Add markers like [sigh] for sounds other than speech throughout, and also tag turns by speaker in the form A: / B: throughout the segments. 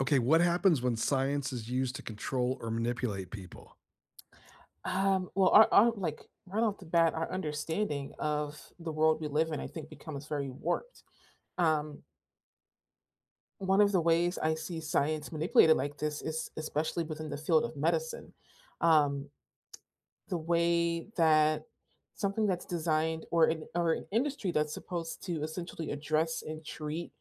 A: Okay, what happens when science is used to control or manipulate people?
B: Our like right off the bat, our understanding of the world we live in, I think, becomes very warped. Um, One of the ways I see science manipulated like this is especially within the field of medicine. Um, the way that something that's designed or an industry that's supposed to essentially address and treat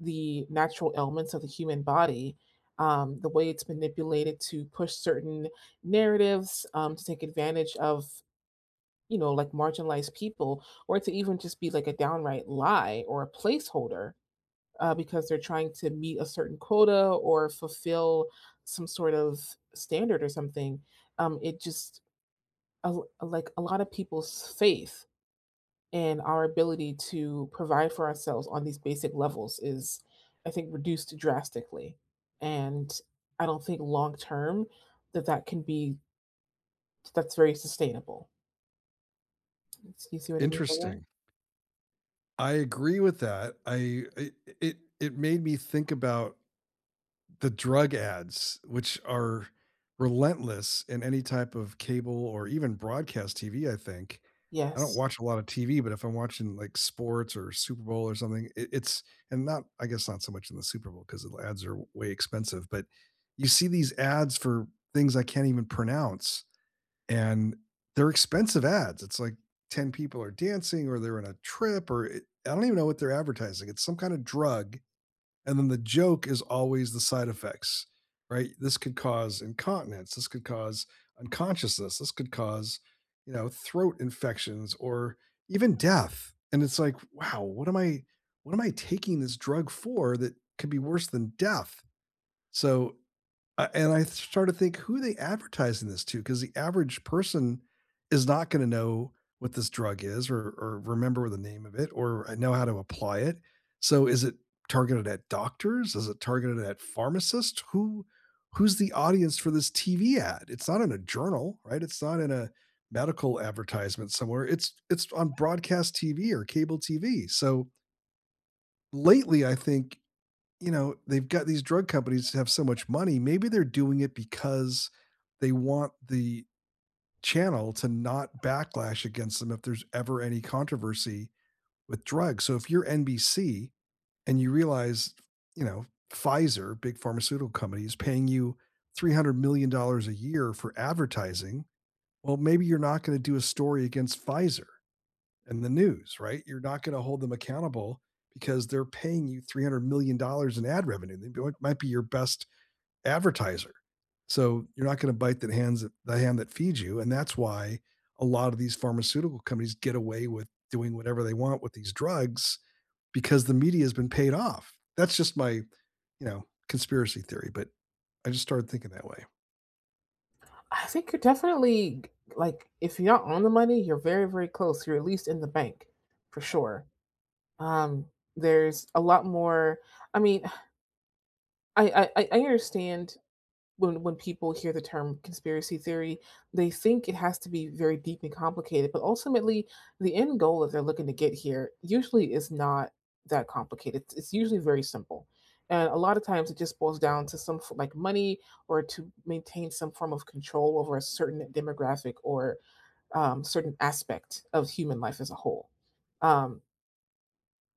B: the natural ailments of the human body, the way it's manipulated to push certain narratives, to take advantage of like marginalized people, or to even just be like a downright lie or a placeholder because they're trying to meet a certain quota or fulfill some sort of standard or something. It just, a l- Like a lot of people's faith in our ability to provide for ourselves on these basic levels is, I think, reduced drastically. And I don't think long term that that can be, that's very sustainable. Do you see what I mean by that?
A: Interesting. I agree with that. I it it it made me think about the drug ads, which are relentless in any type of cable or even broadcast TV, I think. I don't
B: Yes.
A: watch a lot of TV, but if I'm watching like sports or Super Bowl or something, it, it's and not, I guess, not so much in the Super Bowl because the ads are way expensive, but you see these ads for things I can't even pronounce and they're expensive ads. It's like 10 people are dancing or they're on a trip I don't even know what they're advertising. It's some kind of drug, and then the joke is always the side effects, right? This could cause incontinence, this could cause unconsciousness, this could cause, you know, throat infections or even death. And it's like, wow, what am I taking this drug for that could be worse than death? So and I started to think, who are they advertising this to? Because the average person is not going to know what this drug is, or remember the name of it, or know how to apply it. So is it targeted at doctors? Is it targeted at pharmacists? Who's the audience for this TV ad? It's not in a journal, right? It's not in a medical advertisement somewhere. It's on broadcast TV or cable TV. So lately I think they've got these drug companies that have so much money. Maybe they're doing it because they want the channel to not backlash against them if there's ever any controversy with drugs. So if you're NBC and you realize, you know, Pfizer, big pharmaceutical company, is paying you $300 million dollars a year for advertising, well, maybe you're not going to do a story against Pfizer and the news, right? You're not going to hold them accountable because they're paying you $300 million dollars in ad revenue. They might be your best advertiser. So you're not going to bite that hands the hand that feeds you. And that's why a lot of these pharmaceutical companies get away with doing whatever they want with these drugs because the media has been paid off. That's just my, conspiracy theory, but I just started thinking that way.
B: I think you're definitely like if you're not on the money, you're very, very close. You're at least in the bank for sure. Um, there's a lot more. I mean, [sighs] I understand when people hear the term conspiracy theory, they think it has to be very deep and complicated, but ultimately the end goal that they're looking to get here usually is not that complicated. It's usually very simple. And a lot of times it just boils down to like money, or to maintain some form of control over a certain demographic or certain aspect of human life as a whole. Um,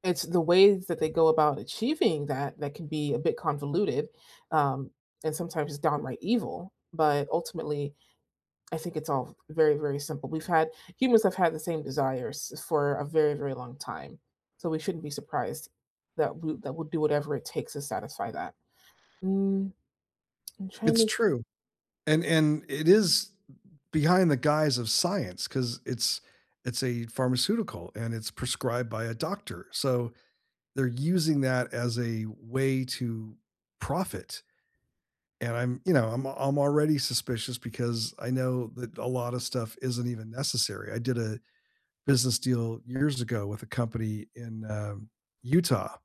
B: it's the ways that they go about achieving that that can be a bit convoluted, um, and sometimes it's downright evil. But ultimately, I think it's all very, very simple. We've had Humans have had the same desires for a very, very long time, so we shouldn't be surprised that we'll do whatever it takes to satisfy that. Mm, I'm
A: It's
B: trying
A: true. and it is behind the guise of science because it's a pharmaceutical and it's prescribed by a doctor, so they're using that as a way to profit. And I'm already suspicious because I know that a lot of stuff isn't even necessary. I did a business deal years ago with a company in Utah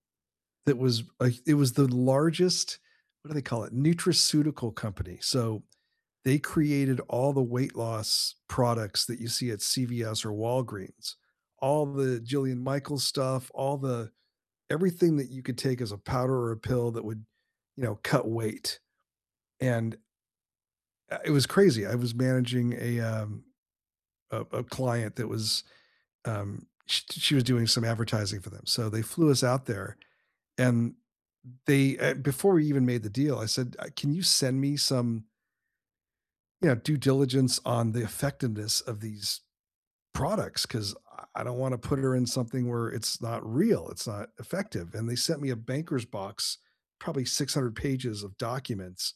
A: that was it was the largest, what do they call it, nutraceutical company. So they created all the weight loss products that you see at CVS or Walgreens, all the Jillian Michaels stuff, all the everything that you could take as a powder or a pill that would, you know, cut weight. And it was crazy. I was managing a client that was she was doing some advertising for them. So they flew us out there, and they before we even made the deal, I said, "Can you send me some, you know, due diligence on the effectiveness of these products because I don't want to put her in something where it's not real, it's not effective." And they sent me a banker's box, probably 600 pages of documents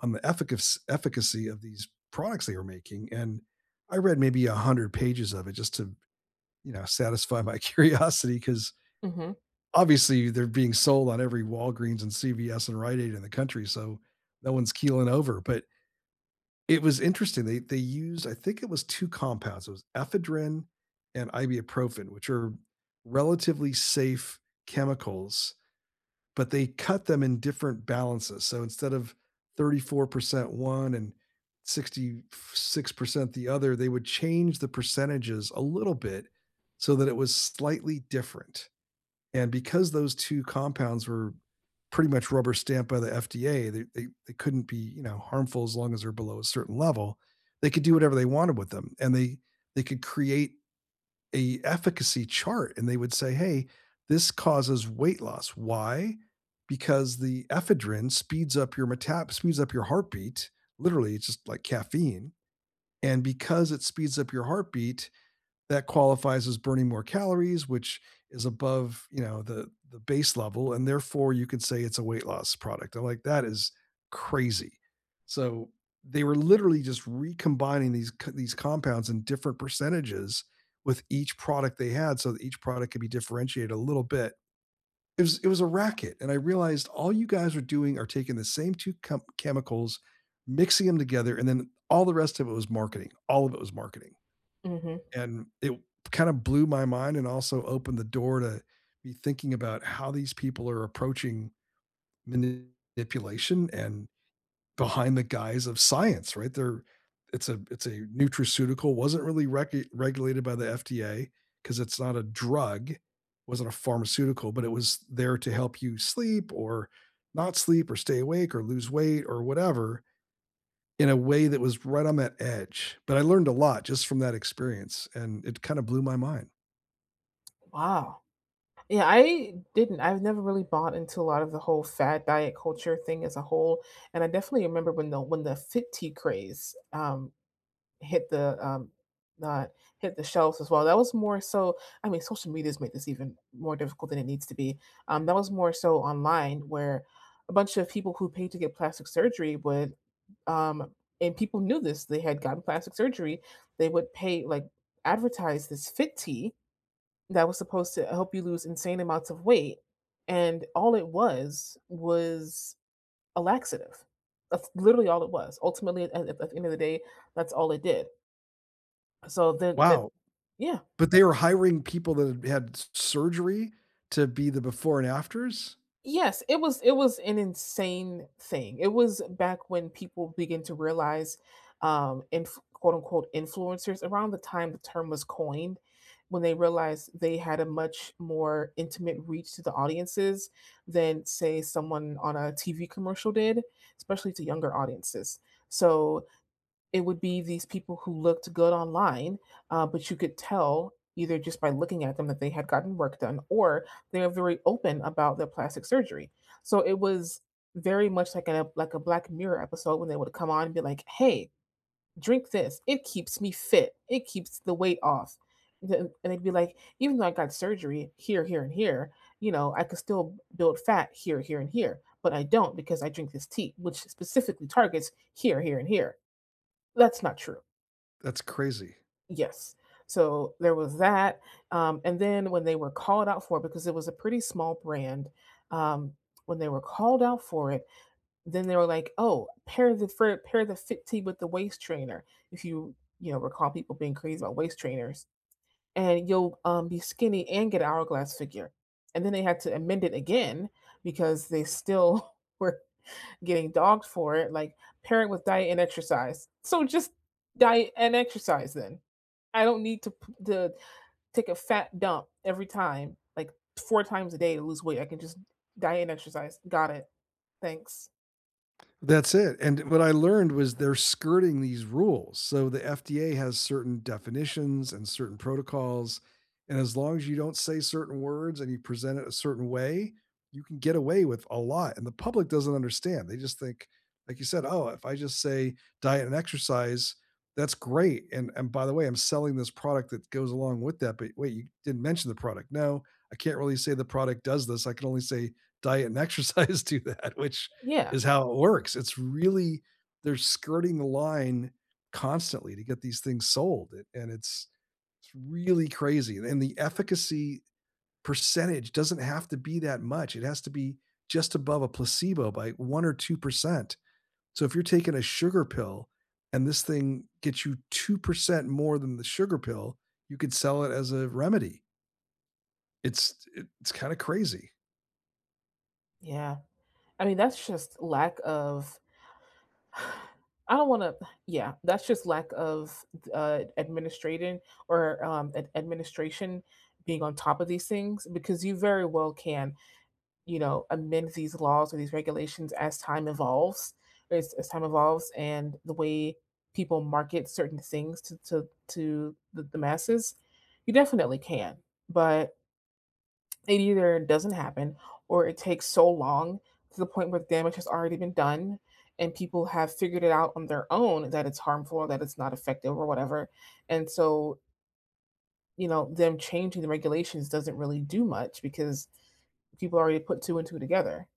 A: on the efficacy of these products they were making, and I read maybe 100 pages of it just to, satisfy my [laughs] curiosity because
B: to.
A: obviously they're being sold on every Walgreens and CVS and Rite Aid in the country, so no one's keeling over. But it was interesting. They used, I think it was 2 compounds. It was ephedrine and ibuprofen, which are relatively safe chemicals, but they cut them in different balances. So instead of 34% one and 66% the other, they would change the percentages a little bit so that it was slightly different. And because those 2 compounds were pretty much rubber stamped by the FDA, they couldn't be, you know, harmful as long as they're below a certain level. They could do whatever they wanted with them, and they could create a efficacy chart, and they would say, "Hey, this causes weight loss. Why? Because the ephedrine speeds up your heartbeat. Literally, it's just like caffeine. And because it speeds up your heartbeat, that qualifies as burning more calories, which is above, you know, the base level, and therefore you could say it's a weight loss product." I'm like, that is crazy. So they were literally just recombining these compounds in different percentages with each product they had, so that each product could be differentiated a little bit. It was a racket, and I realized all you guys are doing are taking the same two chemicals, mixing them together, and then all the rest of it was marketing. All of it was marketing.
B: hmm
A: And it kind of blew my mind and also opened the door to me thinking about how these people are approaching manipulation, and behind the guise of science, right? They're it's a nutraceutical, wasn't really regulated by the FDA because it's not a drug, wasn't a pharmaceutical, but it was there to help you sleep or not sleep or stay awake or lose weight or whatever, in a way that was right on that edge. But I learned a lot just from that experience, and it kind of blew my mind.
B: Wow. Yeah, I didn't. I've never really bought into a lot of the whole fad diet culture thing as a whole, and I definitely remember when the fit tea craze hit the um, uh, hit the shelves as well. That was more so. I mean, social media's made this even more difficult than it needs to be. That was more so online, where a bunch of people who paid to get plastic surgery would, um, and people knew this. They had gotten plastic surgery. They would pay like advertise this fit tea that was supposed to help you lose insane amounts of weight, and all it was a laxative. That's literally all it was. Ultimately, at the end of the day, that's all it did, so then that,
A: Wow,
B: yeah.
A: but they were hiring people that had had surgery to be the before and afters?
B: Yes, it was an insane thing. It was back when people begin to realize, quote unquote influencers around the time the term was coined, when they realized they had a much more intimate reach to the audiences than say someone on a TV commercial did, especially to younger audiences. So it would be these people who looked good online, but you could tell either just by looking at them that they had gotten work done, or they are very open about their plastic surgery. So it was very much like a Black Mirror episode when they would come on and be like, "Hey, drink this. It keeps me fit. It keeps the weight off." And they'd be like, "Even though I got surgery here, here, and here, you know, I could still build fat here, here, and here, but I don't because I drink this tea, which specifically targets here, here, and here." That's not true.
A: That's crazy.
B: Yes. So there was that, and then when they were called out for it because it was a pretty small brand, um, when they were called out for it, then they were like, "Oh, pair the Fit Tee with the waist trainer," if you, you know, recall people being crazy about waist trainers, "and you'll, be skinny and get a hourglass figure." And then they had to amend it again because they still [laughs] were getting dogged for it, like, "Pair it with diet and exercise." So just diet and exercise then. I don't need to take a fat dump every time, like four times a day to lose weight. I can just diet and exercise. Got it. Thanks.
A: That's it. And what I learned was they're skirting these rules. So the FDA has certain definitions and certain protocols. And as long as you don't say certain words and you present it a certain way, you can get away with a lot. And the public doesn't understand. They just think, like you said, oh, if I just say diet and exercise, that's great. And by the way, I'm selling this product that goes along with that. But wait, you didn't mention the product. No, I can't really say the product does this. I can only say diet and exercise [laughs] do that, which
B: Yeah.
A: is how it works. It's really They're skirting the line constantly to get these things sold, a and it's really crazy, and the efficacy percentage doesn't have to be that much. It has to be just above a placebo by 1 or 2%. So if you're taking a sugar pill and this thing gets you 2% more than the sugar pill, you could sell it as a remedy. It's it's kinda crazy.
B: Yeah. I mean, that's just lack of, I don't want to, yeah, that's just lack of administrating, or administration being on top of these things, because you very well can, you know, amend these laws or these regulations as time evolves, and the way people market certain things to the masses, you definitely can. But it either doesn't happen, or it takes so long to the point where the damage has already been done and people have figured it out on their own that it's harmful, that it's not effective or whatever. And so, you know, them changing the regulations doesn't really do much because people already put two and two together.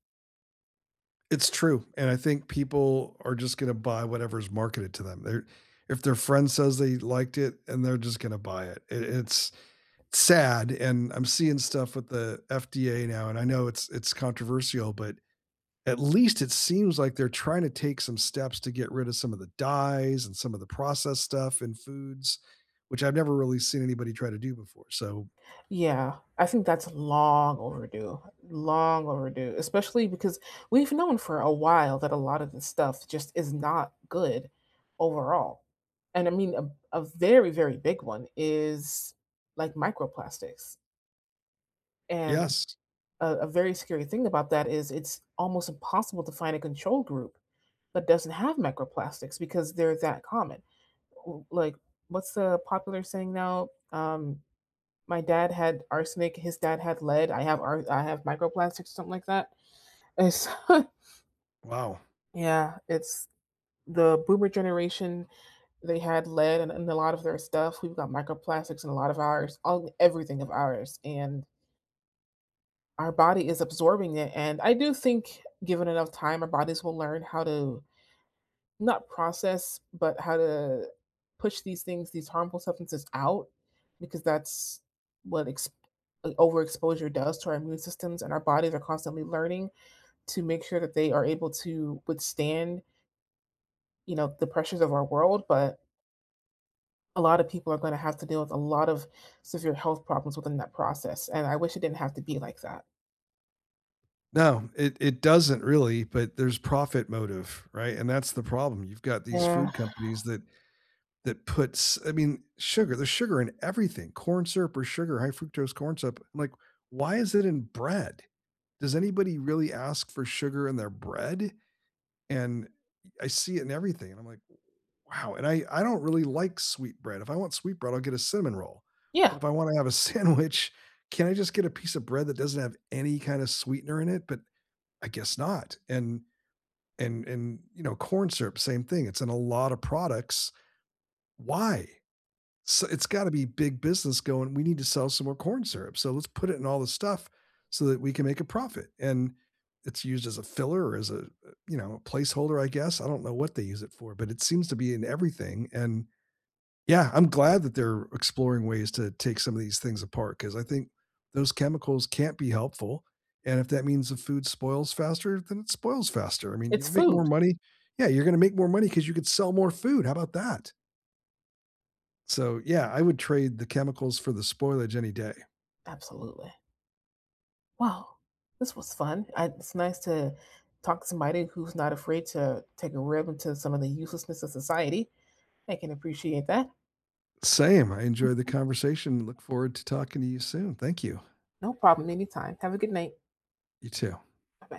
A: It's true, and I think people are just gonna buy whatever's marketed to them. They're If their friend says they liked it, and they're just gonna buy it. It's sad, and I'm seeing stuff with the FDA now, and I know it's controversial, but at least it seems like they're trying to take some steps to get rid of some of the dyes and some of the processed stuff in foods, which I've never really seen anybody try to do before. So,
B: Yeah, I think that's long overdue, especially because we've known for a while that a lot of this stuff just is not good overall. And I mean, a very, very big one is like microplastics. And
A: yes.
B: a very scary thing about that is it's almost impossible to find a control group that doesn't have microplastics because they're that common. Like, what's the popular saying now? My dad had arsenic. His dad had lead. I have microplastics, or something like that. It's [laughs]
A: Wow.
B: yeah, it's the boomer generation. They had lead and a lot of their stuff. We've got microplastics in a lot of ours, all everything of ours, and our body is absorbing it. And I do think, given enough time, our bodies will learn how to, not process, but how to push these things, these harmful substances, out, because that's what ex overexposure does to our immune systems, and our bodies are constantly learning to make sure that they are able to withstand, you know, the pressures of our world. But a lot of people are gonna have to deal with a lot of severe health problems within that process, and I wish it didn't have to be like that.
A: No, it doesn't really, but there's profit motive, right? And that's the problem. You've got these
B: Yeah.
A: food companies that that puts I mean, sugar, there's sugar in everything. Corn syrup or sugar, high fructose corn syrup. I'm like, why is it in bread? Does anybody really ask for sugar in their bread? And I see it in everything. And I'm like, wow. And I don't really like sweet bread. If I want sweet bread, I'll get a cinnamon roll. But
B: Yeah,
A: if I want to have a [laughs] sandwich, can I just get a piece of bread that doesn't have any kind of sweetener in it? But I guess not. And corn syrup, same thing. It's in a lot of products. Why? So it's got to be big business going, we need to sell some more corn syrup. So let's put it in all the stuff so that we can make a profit. And it's used as a filler or as a, you know, a placeholder, I guess. I don't know what they use it for, but it seems to be in everything. And yeah, I'm glad that they're exploring ways to take some of these things apart because I think those chemicals can't be helpful. And if that means the food spoils faster, then it spoils faster. I mean,
B: it's
A: you'll make more
B: food.
A: money. Yeah, you're going to make more money because you could sell more food. How about that? So, yeah, I would trade the chemicals for the spoilage any day.
B: Absolutely. Wow, this was fun. I It's nice to talk to somebody who's not afraid to take a rib into some of the uselessness of society. I can appreciate that.
A: Same. I enjoyed the conversation. Look forward to talking to you soon. Thank you.
B: No problem, anytime. Have a good night.
A: You too.
B: Bye-bye.